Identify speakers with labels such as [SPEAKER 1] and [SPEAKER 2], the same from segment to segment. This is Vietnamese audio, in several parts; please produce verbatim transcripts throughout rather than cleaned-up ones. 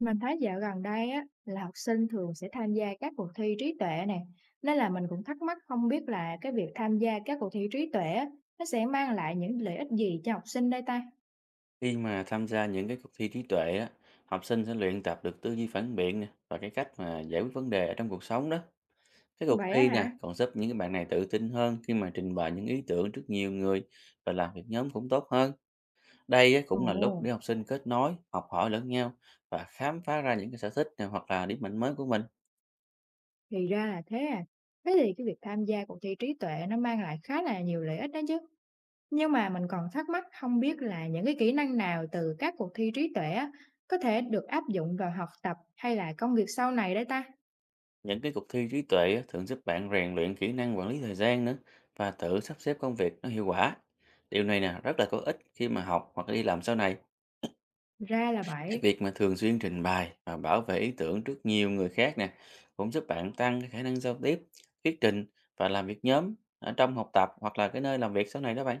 [SPEAKER 1] Mình thấy dạo gần đây á, là học sinh thường sẽ tham gia các cuộc thi trí tuệ nè, nên là mình cũng thắc mắc không biết là cái việc tham gia các cuộc thi trí tuệ á, nó sẽ mang lại những lợi ích gì cho học sinh đây ta?
[SPEAKER 2] Khi mà tham gia những cái cuộc thi trí tuệ á, học sinh sẽ luyện tập được tư duy phản biện nè và cái cách mà giải quyết vấn đề ở trong cuộc sống đó. Cái cuộc
[SPEAKER 1] Vậy á
[SPEAKER 2] thi nè
[SPEAKER 1] hả?
[SPEAKER 2] còn giúp những cái bạn này tự tin hơn khi mà trình bày những ý tưởng trước nhiều người và làm việc nhóm cũng tốt hơn. Đây á, cũng là lúc
[SPEAKER 1] Ồ,
[SPEAKER 2] để học sinh kết nối, học hỏi lẫn nhau và khám phá ra những cái sở thích nè, hoặc là điểm mạnh mới của mình.
[SPEAKER 1] thì ra là thế à. Thế thì cái việc tham gia cuộc thi trí tuệ nó mang lại khá là nhiều lợi ích đó chứ. Nhưng mà mình còn thắc mắc không biết là những cái kỹ năng nào từ các cuộc thi trí tuệ á, có thể được áp dụng vào học tập hay là công việc sau này đấy ta?
[SPEAKER 2] Những cái cuộc thi trí tuệ á, thường giúp bạn rèn luyện kỹ năng quản lý thời gian nữa và tự sắp xếp công việc nó hiệu quả. Điều này nè rất là có ích khi mà học hoặc đi làm sau này.
[SPEAKER 1] Ra là
[SPEAKER 2] Cái
[SPEAKER 1] vậy.
[SPEAKER 2] việc mà thường xuyên trình bày và bảo vệ ý tưởng trước nhiều người khác nè cũng giúp bạn tăng cái khả năng giao tiếp, thuyết trình và làm việc nhóm ở trong học tập hoặc là cái nơi làm việc sau này đó bạn.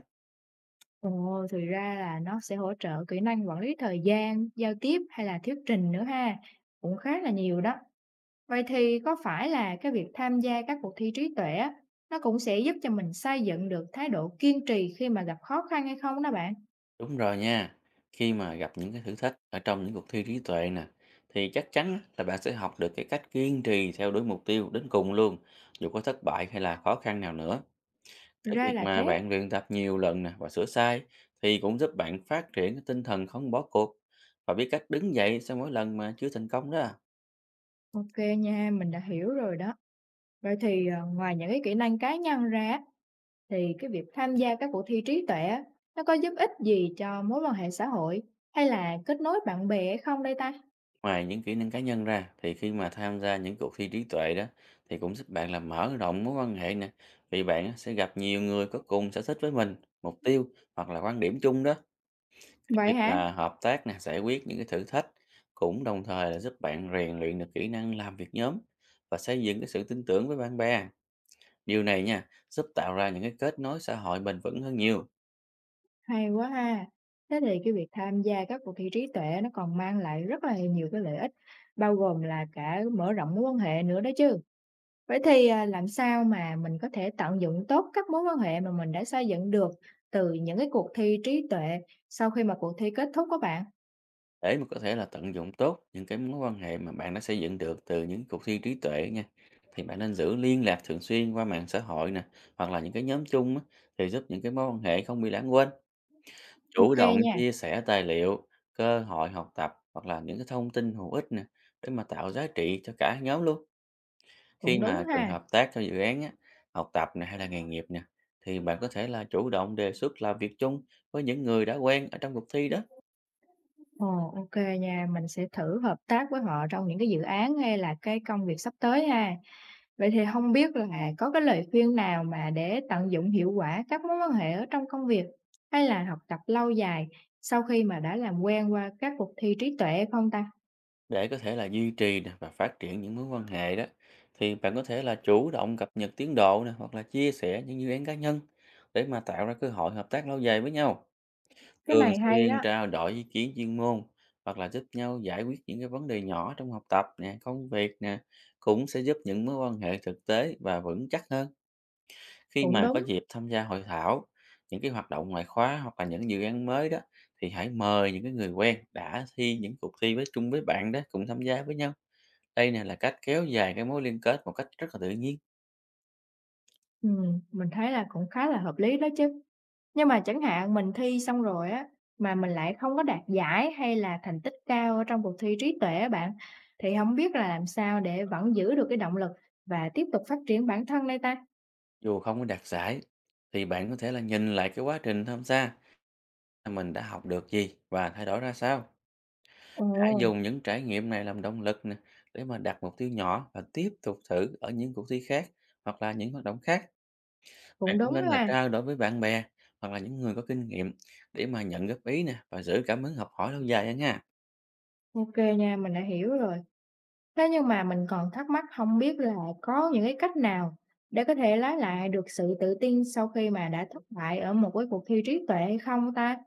[SPEAKER 1] Ồ, thực ra là nó sẽ hỗ trợ kỹ năng quản lý thời gian, giao tiếp hay là thuyết trình nữa ha, cũng khá là nhiều đó. Vậy thì có phải là cái việc tham gia các cuộc thi trí tuệ á, nó cũng sẽ giúp cho mình xây dựng được thái độ kiên trì khi mà gặp khó khăn hay không đó bạn?
[SPEAKER 2] Đúng rồi nha. Khi mà gặp những cái thử thách ở trong những cuộc thi trí tuệ nè thì chắc chắn là bạn sẽ học được cái cách kiên trì theo đuổi mục tiêu đến cùng luôn, dù có thất bại hay là khó khăn nào nữa. Cái
[SPEAKER 1] Ra
[SPEAKER 2] việc
[SPEAKER 1] là
[SPEAKER 2] mà
[SPEAKER 1] thế.
[SPEAKER 2] bạn luyện tập nhiều lần nè và sửa sai thì cũng giúp bạn phát triển cái tinh thần không bỏ cuộc và biết cách đứng dậy sau mỗi lần mà chưa thành công đó.
[SPEAKER 1] Ok nha, mình đã hiểu rồi đó. Vậy thì ờ, ngoài những cái kỹ năng cá nhân ra á, thì cái việc tham gia các cuộc thi trí tuệ á, nó có giúp ích gì cho mối quan hệ xã hội hay là kết nối bạn bè hay không đây ta?
[SPEAKER 2] Ngoài những kỹ năng cá nhân ra thì khi mà tham gia những cuộc thi trí tuệ đó thì cũng giúp bạn là mở rộng mối quan hệ nè, vì bạn á, sẽ gặp nhiều người có cùng sở thích với mình, mục tiêu hoặc là quan điểm chung đó. Cái
[SPEAKER 1] Vậy
[SPEAKER 2] việc
[SPEAKER 1] hả?
[SPEAKER 2] là hợp tác nè, giải quyết những cái thử thách cũng đồng thời là giúp bạn rèn luyện được kỹ năng làm việc nhóm và xây dựng cái sự tin tưởng với bạn bè. Điều này nha, giúp tạo ra những cái kết nối xã hội bền vững hơn nhiều.
[SPEAKER 1] Hay quá ha. Thế thì cái việc tham gia các cuộc thi trí tuệ nó còn mang lại rất là nhiều cái lợi ích, bao gồm là cả mở rộng mối quan hệ nữa đó chứ. Vậy thì à, làm sao mà mình có thể tận dụng tốt các mối quan hệ mà mình đã xây dựng được từ những cái cuộc thi trí tuệ sau khi mà cuộc thi kết thúc các bạn?
[SPEAKER 2] Để mà có thể là tận dụng tốt những cái mối quan hệ mà bạn đã xây dựng được từ những cuộc thi trí tuệ nha, thì bạn nên giữ liên lạc thường xuyên qua mạng xã hội nè, hoặc là những cái nhóm chung á, thì giúp những cái mối quan hệ không bị lãng quên. Chủ
[SPEAKER 1] Ok
[SPEAKER 2] động
[SPEAKER 1] nha,
[SPEAKER 2] chia sẻ tài liệu, cơ hội học tập hoặc là những cái thông tin hữu ích nè để mà tạo giá trị cho cả nhóm luôn. Khi
[SPEAKER 1] cũng đúng
[SPEAKER 2] mà cần
[SPEAKER 1] ha.
[SPEAKER 2] hợp tác cho dự án á, học tập nè hay là nghề nghiệp nè, thì bạn có thể là chủ động đề xuất làm việc chung với những người đã quen ở trong cuộc thi đó.
[SPEAKER 1] Ồ, ok nha, mình sẽ thử hợp tác với họ trong những cái dự án hay là cái công việc sắp tới ha. Vậy thì không biết là có cái lời khuyên nào mà để tận dụng hiệu quả các mối quan hệ ở trong công việc, hay là học tập lâu dài sau khi mà đã làm quen qua các cuộc thi trí tuệ không ta?
[SPEAKER 2] Để có thể là duy trì nè và phát triển những mối quan hệ đó thì bạn có thể là chủ động cập nhật tiến độ nè, hoặc là chia sẻ những dự án cá nhân để mà tạo ra cơ hội hợp tác lâu dài với nhau.
[SPEAKER 1] Cái
[SPEAKER 2] Thường
[SPEAKER 1] này hay
[SPEAKER 2] xuyên
[SPEAKER 1] đó,
[SPEAKER 2] trao đổi ý kiến chuyên môn hoặc là giúp nhau giải quyết những cái vấn đề nhỏ trong học tập nè, công việc nè cũng sẽ giúp những mối quan hệ thực tế và vững chắc hơn. Khi
[SPEAKER 1] cũng
[SPEAKER 2] mà có
[SPEAKER 1] đúng,
[SPEAKER 2] dịp tham gia hội thảo, những cái hoạt động ngoại khóa hoặc là những dự án mới đó, thì hãy mời những cái người quen đã thi những cuộc thi với chung với bạn đó cùng tham gia với nhau. Đây nè là cách kéo dài cái mối liên kết một cách rất là tự nhiên,
[SPEAKER 1] ừm, mình thấy là cũng khá là hợp lý đó chứ. Nhưng mà chẳng hạn mình thi xong rồi á, mà mình lại không có đạt giải hay là thành tích cao ở trong cuộc thi trí tuệ á bạn, thì không biết là làm sao để vẫn giữ được cái động lực và tiếp tục phát triển bản thân đây ta?
[SPEAKER 2] dù không có đạt giải. Thì bạn có thể là nhìn lại cái quá trình tham gia, là mình đã học được gì và thay đổi ra sao.
[SPEAKER 1] Ồ,
[SPEAKER 2] Hãy dùng những trải nghiệm này làm động lực nè, để mà đặt mục tiêu nhỏ và tiếp tục thử ở những cuộc thi khác hoặc là những hoạt động khác. Bạn
[SPEAKER 1] cũng
[SPEAKER 2] cũng
[SPEAKER 1] đúng
[SPEAKER 2] nên là
[SPEAKER 1] ha.
[SPEAKER 2] trao đổi với bạn bè hoặc là những người có kinh nghiệm để mà nhận góp ý nè và giữ cảm hứng học hỏi lâu dài á nha.
[SPEAKER 1] OK nha, mình đã hiểu rồi. Thế nhưng mà mình còn thắc mắc không biết là có những cái cách nào để có thể lấy lại được sự tự tin sau khi mà đã thất bại ở một cái cuộc thi trí tuệ hay không ta?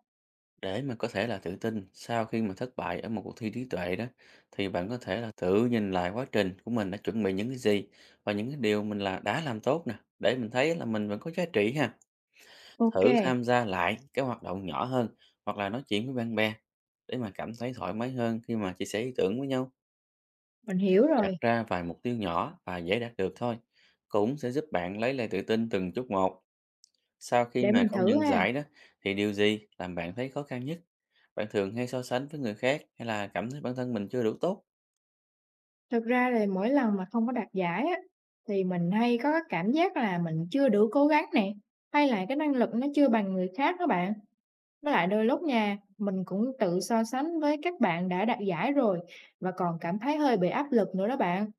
[SPEAKER 2] Để mà có thể là tự tin sau khi mà thất bại ở một cuộc thi trí tuệ đó, thì bạn có thể là tự nhìn lại quá trình của mình đã chuẩn bị những cái gì và những cái điều mình là đã làm tốt nè, để mình thấy là mình vẫn có giá trị ha.
[SPEAKER 1] OK,
[SPEAKER 2] Thử tham gia lại cái hoạt động nhỏ hơn hoặc là nói chuyện với bạn bè để mà cảm thấy thoải mái hơn khi mà chia sẻ ý tưởng với nhau.
[SPEAKER 1] mình hiểu
[SPEAKER 2] Đặt
[SPEAKER 1] rồi,
[SPEAKER 2] ra vài mục tiêu nhỏ và dễ đạt được thôi cũng sẽ giúp bạn lấy lại tự tin từng chút một. Sau khi
[SPEAKER 1] để
[SPEAKER 2] mà
[SPEAKER 1] mình
[SPEAKER 2] không
[SPEAKER 1] thử
[SPEAKER 2] nhận
[SPEAKER 1] ha.
[SPEAKER 2] giải đó thì điều gì làm bạn thấy khó khăn nhất? Bạn thường hay so sánh với người khác hay là cảm thấy bản thân mình chưa đủ tốt?
[SPEAKER 1] Thực ra là mỗi lần mà không có đạt giải á, thì mình hay có cái cảm giác là mình chưa đủ cố gắng nè, hay là cái năng lực nó chưa bằng người khác á bạn. Với lại đôi lúc nha, mình cũng tự so sánh với các bạn đã đạt giải rồi và còn cảm thấy hơi bị áp lực nữa đó bạn.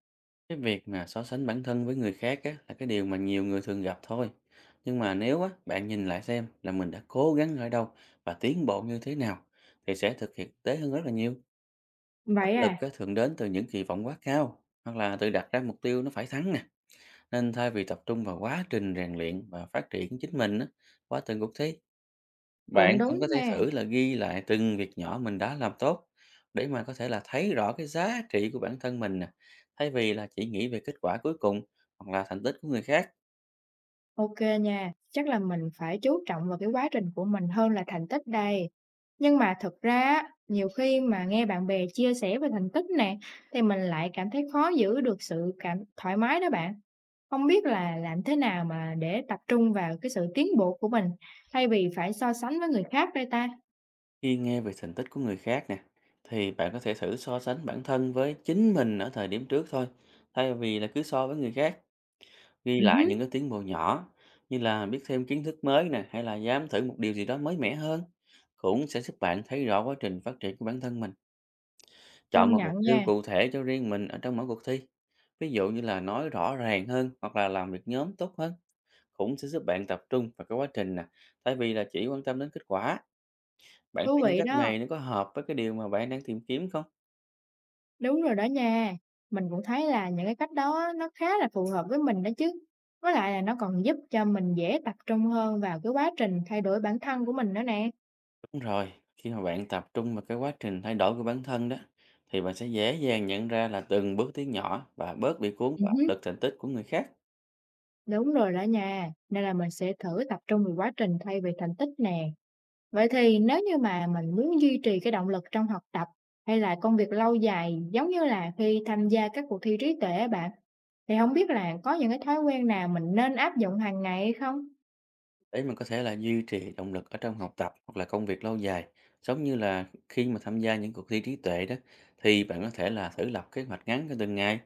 [SPEAKER 2] Cái việc mà so sánh bản thân với người khác á, là cái điều mà nhiều người thường gặp thôi. Nhưng mà nếu á, bạn nhìn lại xem là mình đã cố gắng ở đâu và tiến bộ như thế nào thì sẽ thực hiện tế hơn rất là nhiều. Áp
[SPEAKER 1] Vậy
[SPEAKER 2] lực
[SPEAKER 1] à,
[SPEAKER 2] á, thường đến từ những kỳ vọng quá cao hoặc là tự đặt ra mục tiêu nó phải thắng nè. Nên thay vì tập trung vào quá trình rèn luyện và phát triển chính mình á, quá trình cuộc thi,
[SPEAKER 1] cũng
[SPEAKER 2] bạn cũng
[SPEAKER 1] đúng
[SPEAKER 2] có thể
[SPEAKER 1] ha.
[SPEAKER 2] thử là ghi lại từng việc nhỏ mình đã làm tốt, để mà có thể là thấy rõ cái giá trị của bản thân mình nè, thay vì là chỉ nghĩ về kết quả cuối cùng hoặc là thành tích của người khác.
[SPEAKER 1] Ok nha, chắc là mình phải chú trọng vào cái quá trình của mình hơn là thành tích đây. Nhưng mà thực ra á, nhiều khi mà nghe bạn bè chia sẻ về thành tích nè, thì mình lại cảm thấy khó giữ được sự cảm thoải mái đó bạn. Không biết là làm thế nào mà để tập trung vào cái sự tiến bộ của mình, thay vì phải so sánh với người khác đây ta?
[SPEAKER 2] Khi nghe về thành tích của người khác nè, thì bạn có thể thử so sánh bản thân với chính mình ở thời điểm trước thôi, thay vì là cứ so với người khác. Ghi
[SPEAKER 1] Ừm
[SPEAKER 2] lại những
[SPEAKER 1] hứm,
[SPEAKER 2] cái tiến bộ nhỏ như là biết thêm kiến thức mới nè, hay là dám thử một điều gì đó mới mẻ hơn cũng sẽ giúp bạn thấy rõ quá trình phát triển của bản thân mình. Chọn
[SPEAKER 1] công
[SPEAKER 2] một mục
[SPEAKER 1] nhận
[SPEAKER 2] tiêu
[SPEAKER 1] nha,
[SPEAKER 2] cụ thể cho riêng mình ở trong mỗi cuộc thi. Ví dụ như là nói rõ ràng hơn hoặc là làm việc nhóm tốt hơn cũng sẽ giúp bạn tập trung vào cái quá trình nè, thay vì là chỉ quan tâm đến kết quả. Bạn
[SPEAKER 1] thú
[SPEAKER 2] thấy những
[SPEAKER 1] vị
[SPEAKER 2] cách
[SPEAKER 1] đó.
[SPEAKER 2] này nó có hợp với cái điều mà bạn đang tìm kiếm không?
[SPEAKER 1] Đúng rồi đó nha. Mình cũng thấy là những cái cách đó á, nó khá là phù hợp với mình đó chứ. Với lại là nó còn giúp cho mình dễ tập trung hơn vào cái quá trình thay đổi bản thân của mình nữa nè.
[SPEAKER 2] Đúng rồi, khi mà bạn tập trung vào cái quá trình thay đổi của bản thân đó thì bạn sẽ dễ dàng nhận ra là từng bước tiến nhỏ và bớt bị cuốn
[SPEAKER 1] Ừ
[SPEAKER 2] vào
[SPEAKER 1] hứ,
[SPEAKER 2] áp lực thành tích của người khác.
[SPEAKER 1] đúng rồi đó nha. Nên là mình sẽ thử tập trung vào quá trình thay vì thành tích nè. Vậy thì nếu như mà mình muốn duy trì cái động lực trong học tập hay là công việc lâu dài giống như là khi tham gia các cuộc thi trí tuệ á bạn, thì không biết là có những cái thói quen nào mình nên áp dụng hàng ngày hay không?
[SPEAKER 2] Để mình có thể là duy trì động lực ở trong học tập hoặc là công việc lâu dài, giống như là khi mà tham gia những cuộc thi trí tuệ đó, thì bạn có thể là thử lập kế hoạch ngắn cho từng ngày.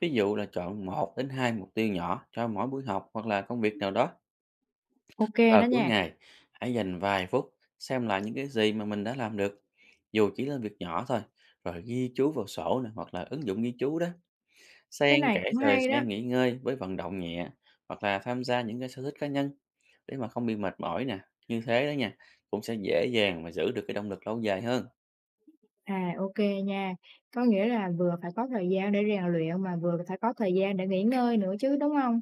[SPEAKER 2] Ví dụ là chọn một đến hai mục tiêu nhỏ cho mỗi buổi học hoặc là công việc nào đó.
[SPEAKER 1] Ok đó
[SPEAKER 2] Vào cuối
[SPEAKER 1] nha.
[SPEAKER 2] ngày, hãy dành vài phút xem lại những cái gì mà mình đã làm được, dù chỉ là việc nhỏ thôi, rồi ghi chú vào sổ nè, hoặc là ứng dụng ghi chú đó.
[SPEAKER 1] Cái
[SPEAKER 2] Xen
[SPEAKER 1] này
[SPEAKER 2] kẽ
[SPEAKER 1] cũng
[SPEAKER 2] thời
[SPEAKER 1] hay đó.
[SPEAKER 2] gian nghỉ ngơi với vận động nhẹ hoặc là tham gia những cái sở thích cá nhân để mà không bị mệt mỏi nè. Như thế đó nha, cũng sẽ dễ dàng mà giữ được cái động lực lâu dài hơn.
[SPEAKER 1] À, ok nha. Có nghĩa là vừa phải có thời gian để rèn luyện mà vừa phải có thời gian để nghỉ ngơi nữa chứ, đúng không?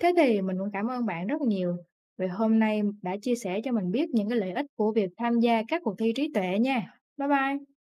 [SPEAKER 1] Thế thì mình cũng cảm ơn bạn rất nhiều vì hôm nay đã chia sẻ cho mình biết những cái lợi ích của việc tham gia các cuộc thi trí tuệ nha. Bye bye.